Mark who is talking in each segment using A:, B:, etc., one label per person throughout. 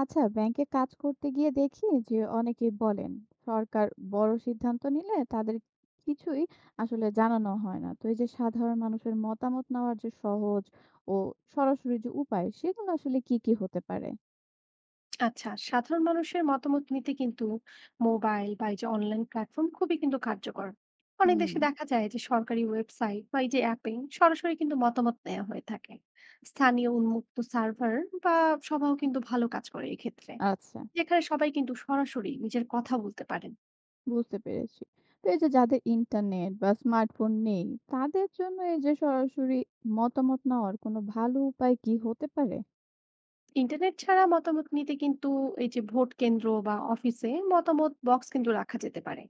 A: আচ্ছা, ব্যাংকে কাজ করতে গিয়ে দেখি যে অনেকেই বলেন সরকার বড় সিদ্ধান্ত নিলে তাদের কিছুই আসলে জানানো হয় না। তো এই যে সাধারণ মানুষের মতামত নেওয়ার যে সহজ ও সরাসরি যে উপায়, সেগুলো আসলে কি কি হতে পারে?
B: আচ্ছা, সাধারণ মানুষের মতামত নিতে কিন্তু মোবাইল বা এই যে অনলাইন প্ল্যাটফর্ম খুবই কিন্তু কার্যকর। অনেক
A: হুম।
B: দেশে দেখা যায় যে সরকারি ওয়েবসাইট বা এই যে অ্যাপে সরাসরি কিন্তু মতামত নেওয়া হয়ে থাকে। স্থানীয় উন্মুক্ত সার্ভার বা সভাও কিন্তু ভালো কাজ করে এক্ষেত্রে,
A: আচ্ছা,
B: যেখানে সবাই কিন্তু সরাসরি নিজের কথা বলতে পারেন।
A: বুঝতে পেরেছি। তো এই যে যাদের ইন্টারনেট বা স্মার্টফোন নেই, তাদের জন্য এই যে সরাসরি মতামত নেওয়ার কোনো ভালো উপায় কি হতে পারে?
B: ইন্টারনেট ছাড়া মতামত নিতে কিন্তু এই যে ভোট কেন্দ্র বা অফিসে মতামত বক্স কিন্তু রাখা যেতে পারে।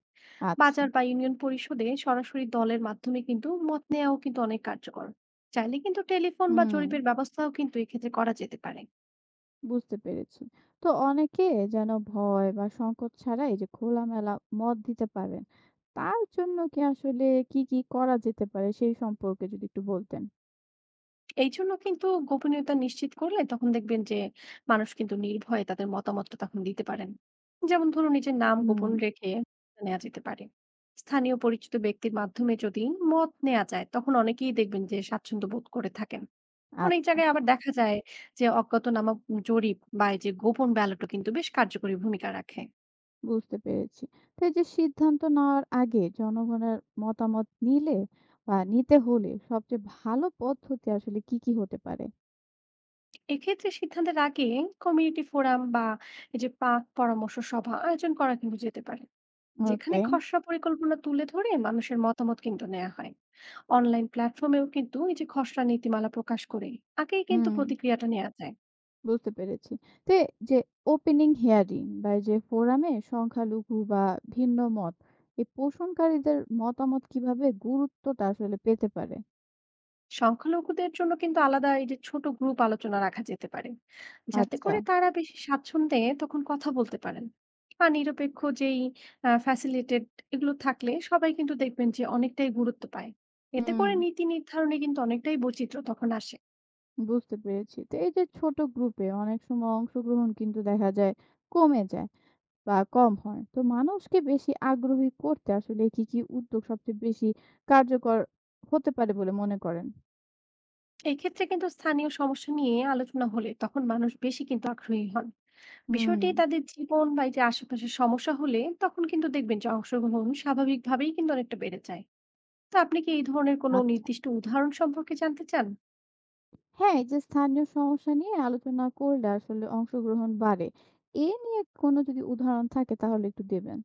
A: আচ্ছা।
B: বাজার বা ইউনিয়ন পরিষদে সরাসরি দলের মাধ্যমে কিন্তু মত নেওয়াও কিন্তু অনেক কার্যকর। চাইলে কিন্তু টেলিফোন বা
A: হুম,
B: জরিপের ব্যবস্থাও কিন্তু এক্ষেত্রে করা যেতে পারে।
A: বুঝতে পেরেছি। তো অনেকে যেন ভয় বা সংকোচ ছাড়া এই যে খোলামেলা মত দিতে পারেন। তার জন্য কি, কি করা যেতে পারে সেই সম্পর্কে যদি একটু বলতেন?
B: এই জন্য কিন্তু গোপনীয়তা নিশ্চিত করলে তখন দেখবেন যে মানুষ কিন্তু নির্ভয়ে তাদের মতামতটা তখন দিতে পারেন। যেমন ধরুন, নিজের নাম গোপন
A: হুম।
B: রেখে নেওয়া যেতে পারে। স্থানীয় পরিচিত ব্যক্তির মাধ্যমে যদি মত নেওয়া যায়, তখন অনেকেই দেখবেন যে স্বাচ্ছন্দ্য বোধ করে থাকেন। অনেক
A: আচ্ছা,
B: জায়গায় আবার দেখা যায় যে অজ্ঞাতনামা জরিপ বা এই যে গোপন ব্যালটও কিন্তু বেশ কার্যকরী ভূমিকা রাখে।
A: বুঝতে পেরেছি। তো এই যে সিদ্ধান্ত নেওয়ার আগে জনগণের মতামত নিলে বা নিতে হলে সবচেয়ে ভালো পদ্ধতি আসলে কি, কি হতে পারে?
B: এক্ষেত্রে সিদ্ধান্তের আগে কমিউনিটি ফোরাম বা এই যে পাক পরামর্শ সভা আয়োজন করা কিন্তু যেতে পারে, যেখানে
A: ওকে।
B: খসড়া পরিকল্পনা তুলে ধরে মানুষের মতামত কিন্তু নেওয়া হয়। অনলাইন প্ল্যাটফর্মেও কিন্তু এই যে খসড়া নীতিমালা প্রকাশ করে আগেই কিন্তু
A: হুম,
B: প্রতিক্রিয়াটা নেওয়া যায়।
A: বুঝতে পেরেছি। তো এ যে ওপেনিং হিয়ারিং বা এই যে ফোরামে সংখ্যালঘু বা ভিন্ন মত, এই পোষণকারীদের মতামত কিভাবে গুরুত্বটা আসলে পেতে পারে?
B: সংখ্যালঘুদের জন্য কিন্তু আলাদা এই যে ছোট গ্রুপ আলোচনা রাখা যেতে পারে, যাতে
A: আচ্ছা।
B: করে তারা বেশি স্বাচ্ছন্দ্যে তখন কথা বলতে পারেন। আর নিরপেক্ষ যেই ফ্যাসিলিটেড এগুলো থাকলে সবাই কিন্তু দেখবেন যে অনেকটাই গুরুত্ব পায়। এতে
A: হুম,
B: করে নীতি নির্ধারণে কিন্তু অনেকটাই বৈচিত্র্য তখন আসে।
A: বুঝতে পেরেছি। তো এই যে ছোট গ্রুপে অনেক সময় অংশগ্রহণ কিন্তু দেখা যায় কমে যায় বা কম হয়। তো মানুষকে বেশি আগ্রহী করতে আসলে কি, কি উদ্যোগ সবচেয়ে বেশি কার্যকর হতে পারে বলে মনে করেন?
B: এই ক্ষেত্রে কিন্তু স্থানীয় সমস্যা নিয়ে আলোচনা হলে তখন মানুষ বেশি কিন্তু আগ্রহী হন।
A: হুম।
B: বিষয়টি তাদের জীবন বা এই যে আশেপাশের সমস্যা হলে তখন কিন্তু দেখবেন যে অংশগ্রহণ স্বাভাবিকভাবেই কিন্তু অনেকটা বেড়ে যায়। তো আপনি কি এই ধরনের কোনো
A: আচ্ছা।
B: নির্দিষ্ট উদাহরণ সম্পর্কে জানতে চান?
A: হ্যাঁ, এই যে স্থানীয় সমস্যা নিয়ে আলোচনা করলে আসলে অংশগ্রহণ বাড়ে। এ নিয়ে কোনো যদি উদাহরণ থাকে তাহলে একটু দেবেন?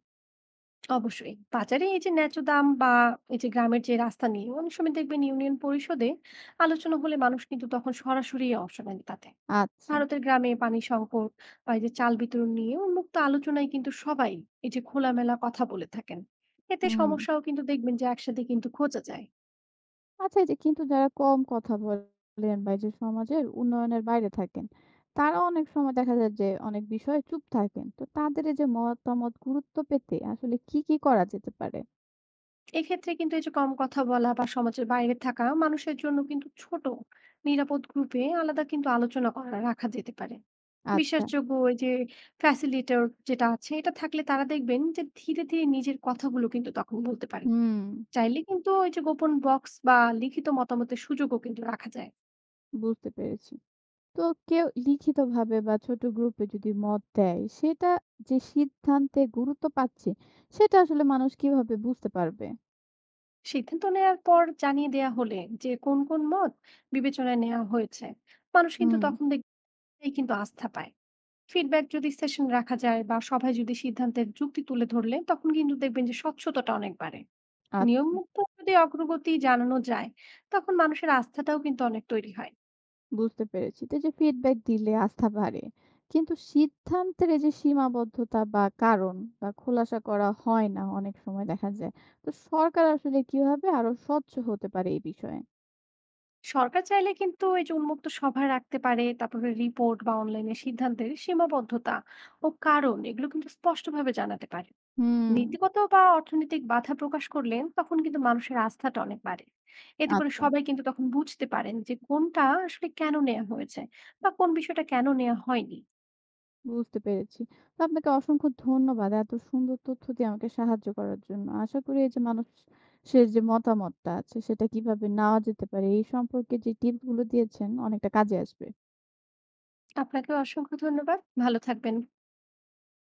B: অবশ্যই। বাজারে এই যে ন্যায্য দাম বা এই যে গ্রামের যে রাস্তা নিয়ে অনেক সময় দেখবেন ইউনিয়ন পরিষদে আলোচনা হলে মানুষ কিন্তু তখন সরাসরি অংশ নেন তাতে।
A: আচ্ছা।
B: ভারতের গ্রামে পানি সংকট বা এই যে চাল বিতরণ নিয়ে উন্মুক্ত আলোচনায় কিন্তু সবাই এই যে খোলামেলা কথা বলে থাকেন। এতে
A: হুম।
B: সমস্যাও কিন্তু দেখবেন যে একসাথে কিন্তু খোঁজা যায়।
A: আচ্ছা, এই যে কিন্তু যারা কম কথা বলেন বা এই যে সমাজের উন্নয়নের বাইরে থাকেন, তারা অনেক সময় দেখা যায় যে অনেক বিষয়ে চুপ থাকেন। তো তাদের এই যে মতামত গুরুত্ব পেতে আসলে কি, কি করা যেতে পারে?
B: এক্ষেত্রে কিন্তু এই যে কম কথা বলা বা সমাজের বাইরে থাকা মানুষের জন্য কিন্তু ছোট নিরাপদ গ্রুপে আলাদা কিন্তু আলোচনা করা রাখা যেতে পারে।
A: আচ্ছা।
B: বিশ্বাসযোগ্য ওই যে ফ্যাসিলিটেটর যেটা আছে এটা থাকলে তারা দেখবেন যে ধীরে ধীরে নিজের কথাগুলো কিন্তু তখন বলতে পারেন।
A: হুম,
B: চাইলে কিন্তু ওই যে গোপন বক্স বা লিখিত মতামতের সুযোগও কিন্তু রাখা যায়।
A: বুঝতে পেরেছি। তো কেউ লিখিতভাবে বা ছোট গ্রুপে যদি মত দেয়, সেটা যে সিদ্ধান্তে গুরুত্ব পাচ্ছে, সেটা আসলে মানুষ কিভাবে বুঝতে পারবে?
B: সিদ্ধান্ত নেওয়ার পর জানিয়ে দেয়া হলে যে কোন কোন মত বিবেচনায় নেওয়া হয়েছে, মানুষ কিন্তু
A: হুম।
B: তখন দেখবেন কিন্তু আস্থা পায়। ফিডব্যাক যদি সেশন রাখা যায় বা সভায় যদি সিদ্ধান্তের যুক্তি তুলে ধরলে তখন কিন্তু দেখবেন যে স্বচ্ছতাটা অনেক বাড়ে।
A: আচ্ছা,
B: নিয়মিত যদি অগ্রগতি জানানো যায়, তখন মানুষের আস্থাটাও কিন্তু অনেক তৈরি হয়।
A: বুঝতে পেরেছি। তো এই যে ফিডব্যাক দিলে আস্থা বাড়ে। কিন্তু সিদ্ধান্তের এই যে সীমাবদ্ধতা বা কারণ বা খোলাসা করা হয় না অনেক সময় দেখা যায়। তো সরকার আসলে কিভাবে আরো স্বচ্ছ হতে পারে এই বিষয়ে?
B: সরকার চাইলে কিন্তু এই যে উন্মুক্ত সভা রাখতে পারে, তারপরে রিপোর্ট বা অনলাইনে সিদ্ধান্তের সীমাবদ্ধতা ও কারণ এগুলো কিন্তু স্পষ্টভাবে জানাতে পারে।
A: হুম।
B: নীতিগত বা অর্থনৈতিক বাধা প্রকাশ করলে তখন কিন্তু মানুষের আস্থাটা অনেক বাড়ে। এতে করে
A: আচ্ছা।
B: সবাই কিন্তু তখন বুঝতে পারেন যে কোনটা আসলে কেন নেওয়া হয়েছে বা কোন বিষয়টা কেন নেওয়া হয়নি।
A: বুঝতে পেরেছি। তো আপনাকে অসংখ্য ধন্যবাদ এত সুন্দর তথ্য দিয়ে আমাকে সাহায্য করার জন্য। আশা করি এই যে মানুষের যে মতামতটা আছে সেটা কিভাবে নেওয়া যেতে পারে এই সম্পর্কে যে টিপস গুলো দিয়েছেন অনেকটা কাজে আসবে।
B: আপনাকেও অসংখ্য ধন্যবাদ। ভালো থাকবেন।